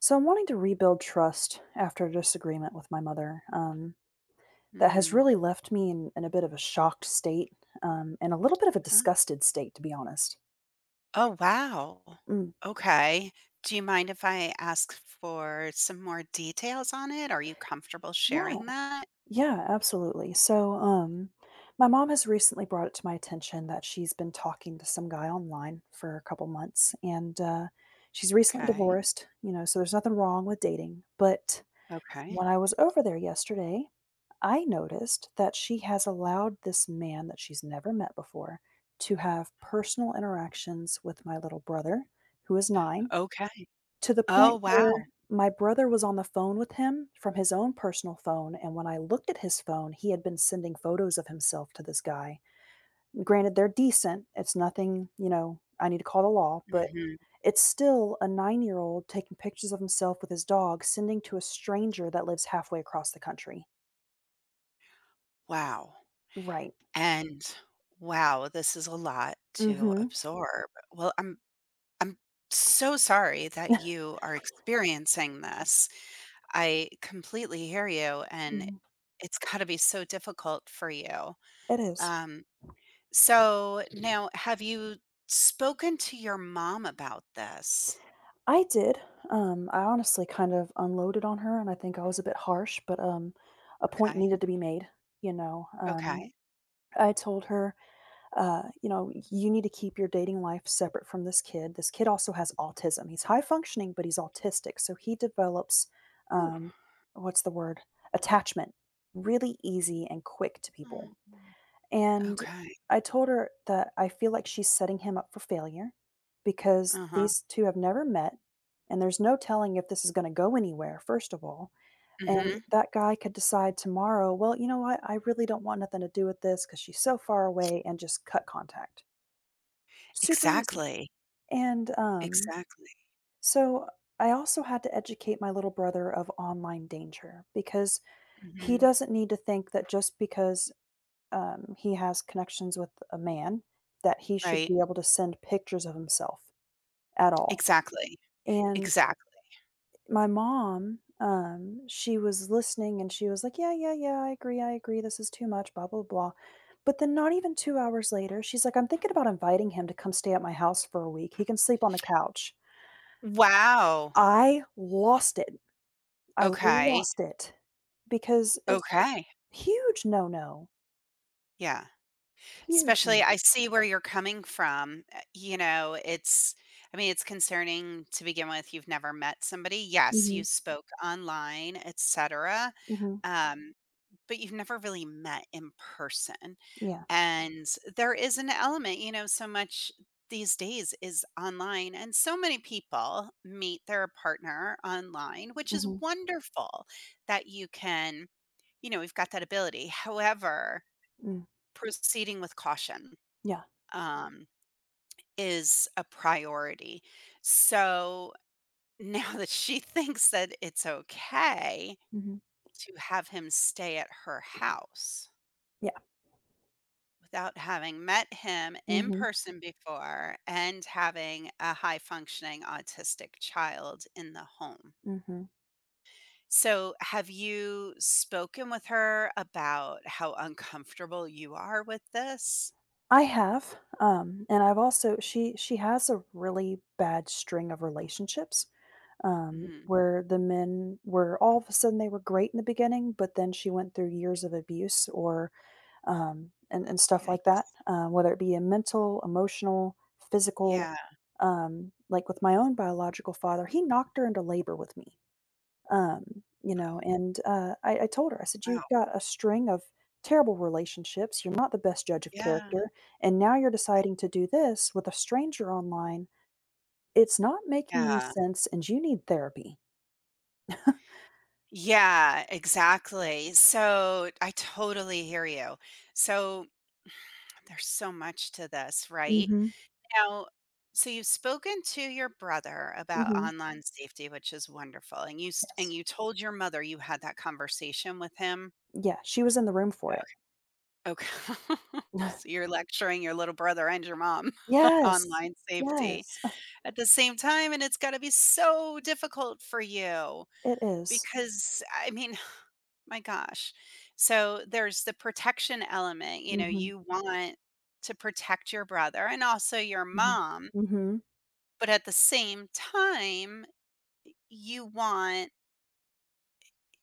So I'm wanting to rebuild trust after a disagreement with my mother, that has Mm. really left me in a bit of a shocked state, and a little bit of a Oh, disgusted state, to be honest. oh, wow. Mm, Okay. Do you mind if I ask for some more details on it? Are you comfortable yeah, sharing that? yeah, absolutely. So, my mom has recently brought it to my attention that she's been talking to some guy online for a couple months, and she's recently Okay. divorced, you know, so there's nothing wrong with dating, but Okay. when I was over there yesterday, I noticed that she has allowed this man that she's never met before to have personal interactions with my little brother, who is 9, Okay. to the Oh, point wow. where my brother was on the phone with him from his own personal phone, and when I looked at his phone, he had been sending photos of himself to this guy. Granted, they're decent. It's nothing, you know, I need to call the law, but Hmm. it's still a nine-year-old taking pictures of himself with his dog, sending to a stranger that lives halfway across the country. Wow. Right. And wow, this is a lot to Mhm. absorb. Well, I'm so sorry that you are experiencing this. I completely hear you and Mhm. it's got to be so difficult for you. It is. Um So now, have you spoken to your mom about this? I did. I honestly kind of unloaded on her, and I think I was a bit harsh, but, a point Okay. needed to be made, you know? Okay. I told her, you need to keep your dating life separate from this kid. This kid also has autism. He's high functioning, but he's autistic. So he develops, Ooh. um, what's the word? Attachment really easy and quick to people. Mm. And Okay. I told her that I feel like she's setting him up for failure because Uh-huh. these two have never met, and there's no telling if this is going to go anywhere, first of all. And Mhm. that guy could decide tomorrow, well, you know what? I really don't want nothing to do with this because she's so far away, and just cut contact. Super easy. Exactly. And, um, Exactly. so I also had to educate my little brother of online danger because he Mhm. doesn't need to think that just because, he has connections with a man, that he should Right. be able to send pictures of himself at all. Exactly. And Exactly. my mom, she was listening and she was like, "Yeah, yeah, yeah, I agree, I agree. This is too much, blah, blah, blah." But then not even 2 hours later, she's like, "I'm thinking about inviting him to come stay at my house for a week. He can sleep on the couch." Wow. I lost it. I Okay. lost it because it's Okay. huge no-no, Yeah. huge no. Especially I see where you're coming from. You know, it's I mean, it's concerning to begin with. You've never met somebody. Yes, you Mhm, spoke online, etc., mhm, but you've never really met in person. yeah, And there is an element, you know, so much these days is online, and so many people meet their partner online, which is mhm, wonderful that you can, you know, we've got that ability. However, mm, proceeding with caution yeah, um, is a priority. So now that she thinks that it's okay mhm, to have him stay at her house, yeah, without having met him in mhm, person before and having a high functioning autistic child in the home. mhm. So, have you spoken with her about how uncomfortable you are with this? I have, and I've also she has a really bad string of relationships, Mhm. where the men were all of a sudden they were great in the beginning, but then she went through years of abuse, or and stuff like Yikes. that, whether it be a mental, emotional, physical, Yeah. Like with my own biological father, he knocked her into labor with me, Oh, and I told her. I said, wow. you've got a string of terrible relationships. You're not the best judge of Yeah. character, and now you're deciding to do this with a stranger online. It's not making any Yeah. sense, and you need therapy. Yeah, exactly. So I totally hear you. So there's so much to this, right? Mm-hmm. Now, so you've spoken to your brother about Mm-hmm. online safety, which is wonderful, and you s and Yes. you told your mother you had that conversation with him? Yeah, she was in the room for it. Okay. So you're lecturing your little brother and your mom on Yes. online safety Yes. at the same time, and it's gotta be so difficult for you It is. because, I mean, my gosh. So there's the protection element, you know, Mhm, you want to protect your brother and also your mhm, mom, mhm. but at the same time you want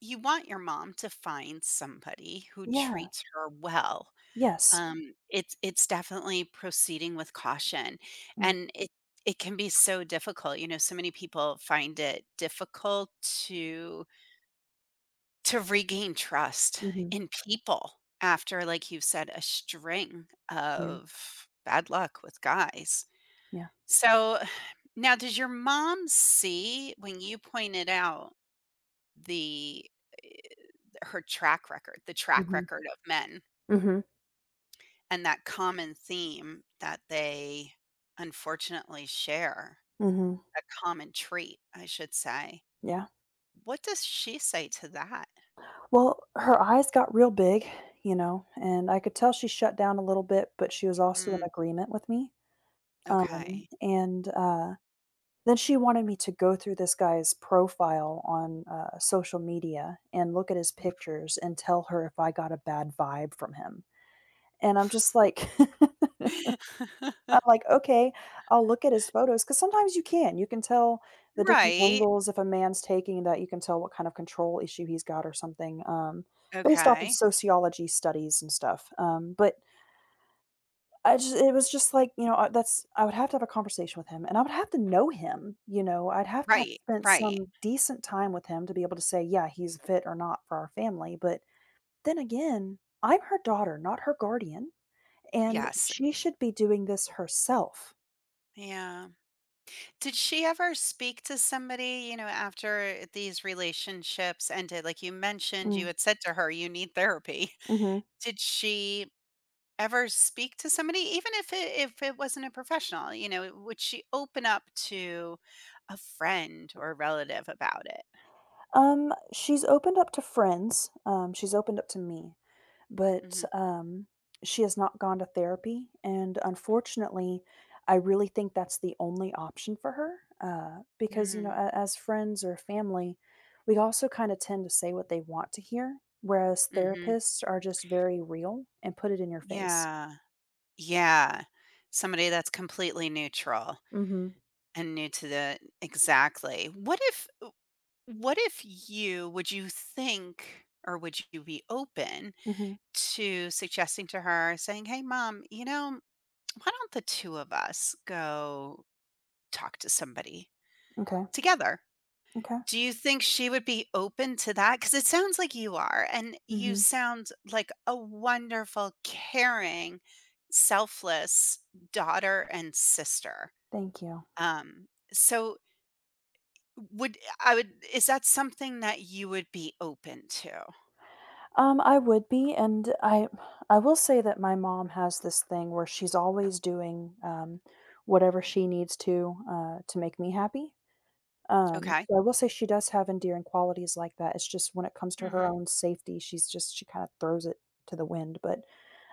you want your mom to find somebody who Yeah, treats her well. yes. Um, it's definitely proceeding with caution, Mm, and it can be so difficult. You know, so many people find it difficult to to regain trust mhm, in people after, like you've said, a string yeah, of bad luck with guys. yeah, So now, does your mom see when you pointed out the her track record, the track mhm, record of men, mhm, and that common theme that they unfortunately share, mhm, a common trait, I should say. yeah. What does she say to that? Well, her eyes got real big, you know, and I could tell she shut down a little bit, but she was also in Mm, agreement with me, um, okay. and, uh, then she wanted me to go through this guy's profile on social media and look at his pictures and tell her if I got a bad vibe from him, and I'm just like I'm like, "Okay, I'll look at his photos because sometimes you can tell the different Right, angles if a man's taking that you can tell what kind of control issue he's got or something, based off of okay. sociology studies and stuff, but I just it was just like, you know, that's I would have to have a conversation with him, and I would have to know him, you know, I'd have to have Right, spent right. some decent time with him to be able to say, "Yeah, he's fit or not for our family," but then again, I'm her daughter, not her guardian, and Yes, she should be doing this herself. yeah. Did she ever speak to somebody, you know, after these relationships ended? Like you mentioned, you Mm, had said to her, "You need therapy." mhm. Did she ever speak to somebody even if it wasn't a professional, you know, would she open up to a friend or a relative about it? She's opened up to friends, she's opened up to me, but, Hmm. She has not gone to therapy, and unfortunately, I really think that's the only option for her, because, Hmm. a as friends or family, we also kinda tend to say what they want to hear, whereas Hmm. therapists are just very real and put it in your face. Yeah. Yeah. Somebody that's completely neutral Mhm. and new to the exactly what if you would you think or would you be open Mhm. to suggesting to her saying, "Hey mom, you know, why don't the two of us go talk to somebody Okay. together." Okay. Do you think she would be open to that? Because it sounds like you are, and you Mhm. sound like a wonderful, caring, selfless daughter and sister. Thank you. So would I would is that something that you would be open to? I would be, and I will say that my mom has this thing where she's always doing whatever she needs to make me happy. Okay. So I will say she does have endearing qualities like that. It's just when it comes to her Mhm. own safety, she kind of throws it to the wind. But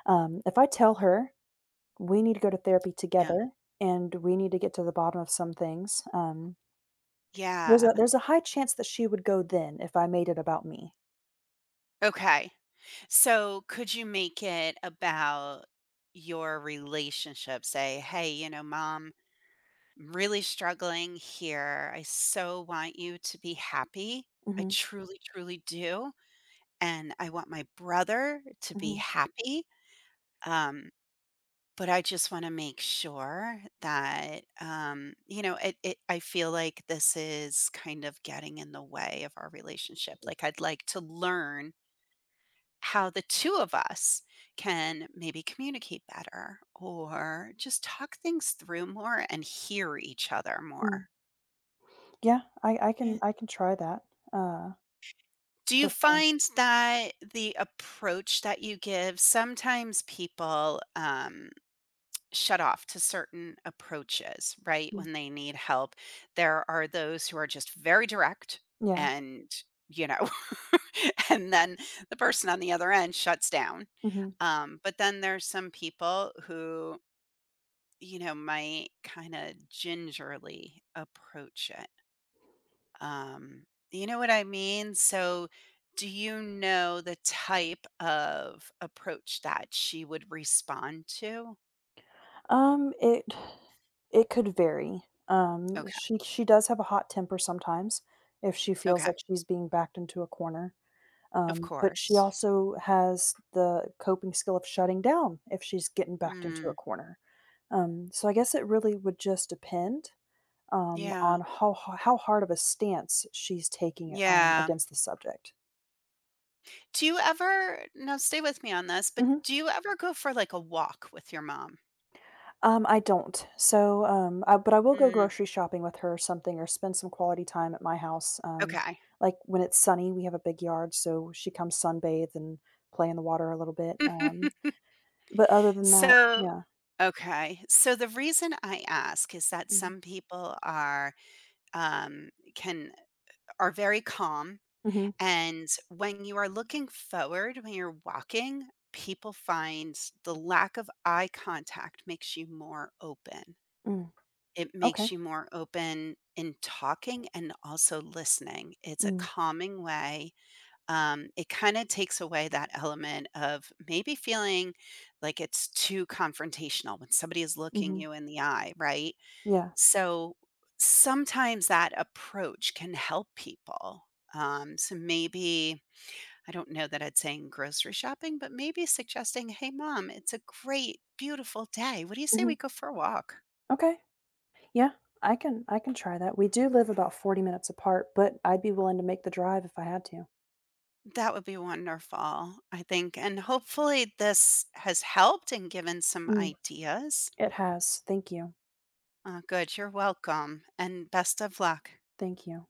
if I tell her we need to go to therapy Yeah. together and we need to get to the bottom of some things, there's Yeah. a there's a high chance that she would go then if I made it about me. Okay. So could you make it about your relationship? Say, "Hey, you know, mom, I'm really struggling here. I so want you to be happy. I Hmm. truly, truly do. And I want my brother to be Hmm. happy. Um, but I just want to make sure that, you know, I feel like this is kind of getting in the way of our relationship. Like, I'd like to learn how the two of us can maybe communicate better or just talk things through more and hear each other more." Yeah, I can try that, uh, Do you for sure. find that the approach that you give sometimes people, shut off to certain approaches, right, Mm, when they need help? There are those who are just very direct yeah, and, you know, and then the person on the other end shuts down. mhm. But then there's some people who, you know, might kinda gingerly approach it. Um, you know what I mean? So, do you know the type of approach that she would respond to? Um, it it could vary. Um, Okay. she she does have a hot temper sometimes if she feels Okay. like she's being backed into a corner, Of but she course. also has the coping skill of shutting down if she's getting backed into Mm. a corner. So I guess it really would just depend, Yeah. on how ho how hard of a stance she's taking it on Yeah. against the subject. Do you ever now stay with me on this, but Mhm. do you ever go for like a walk with your mom? I don't. So, but I will go Mm. grocery shopping with her or something, or spend some quality time at my house. Okay. Like when it's sunny, we have a big yard, so she comes sunbathe and play in the water a little bit. But other than that, So, yeah. okay. So the reason I ask is that Hmm. some people are um can are very calm. Hmm. And when you are looking forward, when you're walking, people find the lack of eye contact makes you more open. Mm. It Okay. makes you more open in talking and also listening. It's a Mm. calming way. It kind of takes away that element of maybe feeling like it's too confrontational when somebody is looking Hmm. you in the eye, right? Yeah. So sometimes that approach can help people. So maybe I don't know that I'd saying grocery shopping, but maybe suggesting, "Hey, mom, it's a great, beautiful day. What do you say we Hmm. go for a walk?" Okay. Yeah. I can. I can try that. We do live about 40 minutes apart, but I'd be willing to make the drive if I had to. That would be wonderful, I think, and hopefully this has helped and given some Mm. ideas. It has. Thank you. Good, you're welcome, and best of luck. Thank you.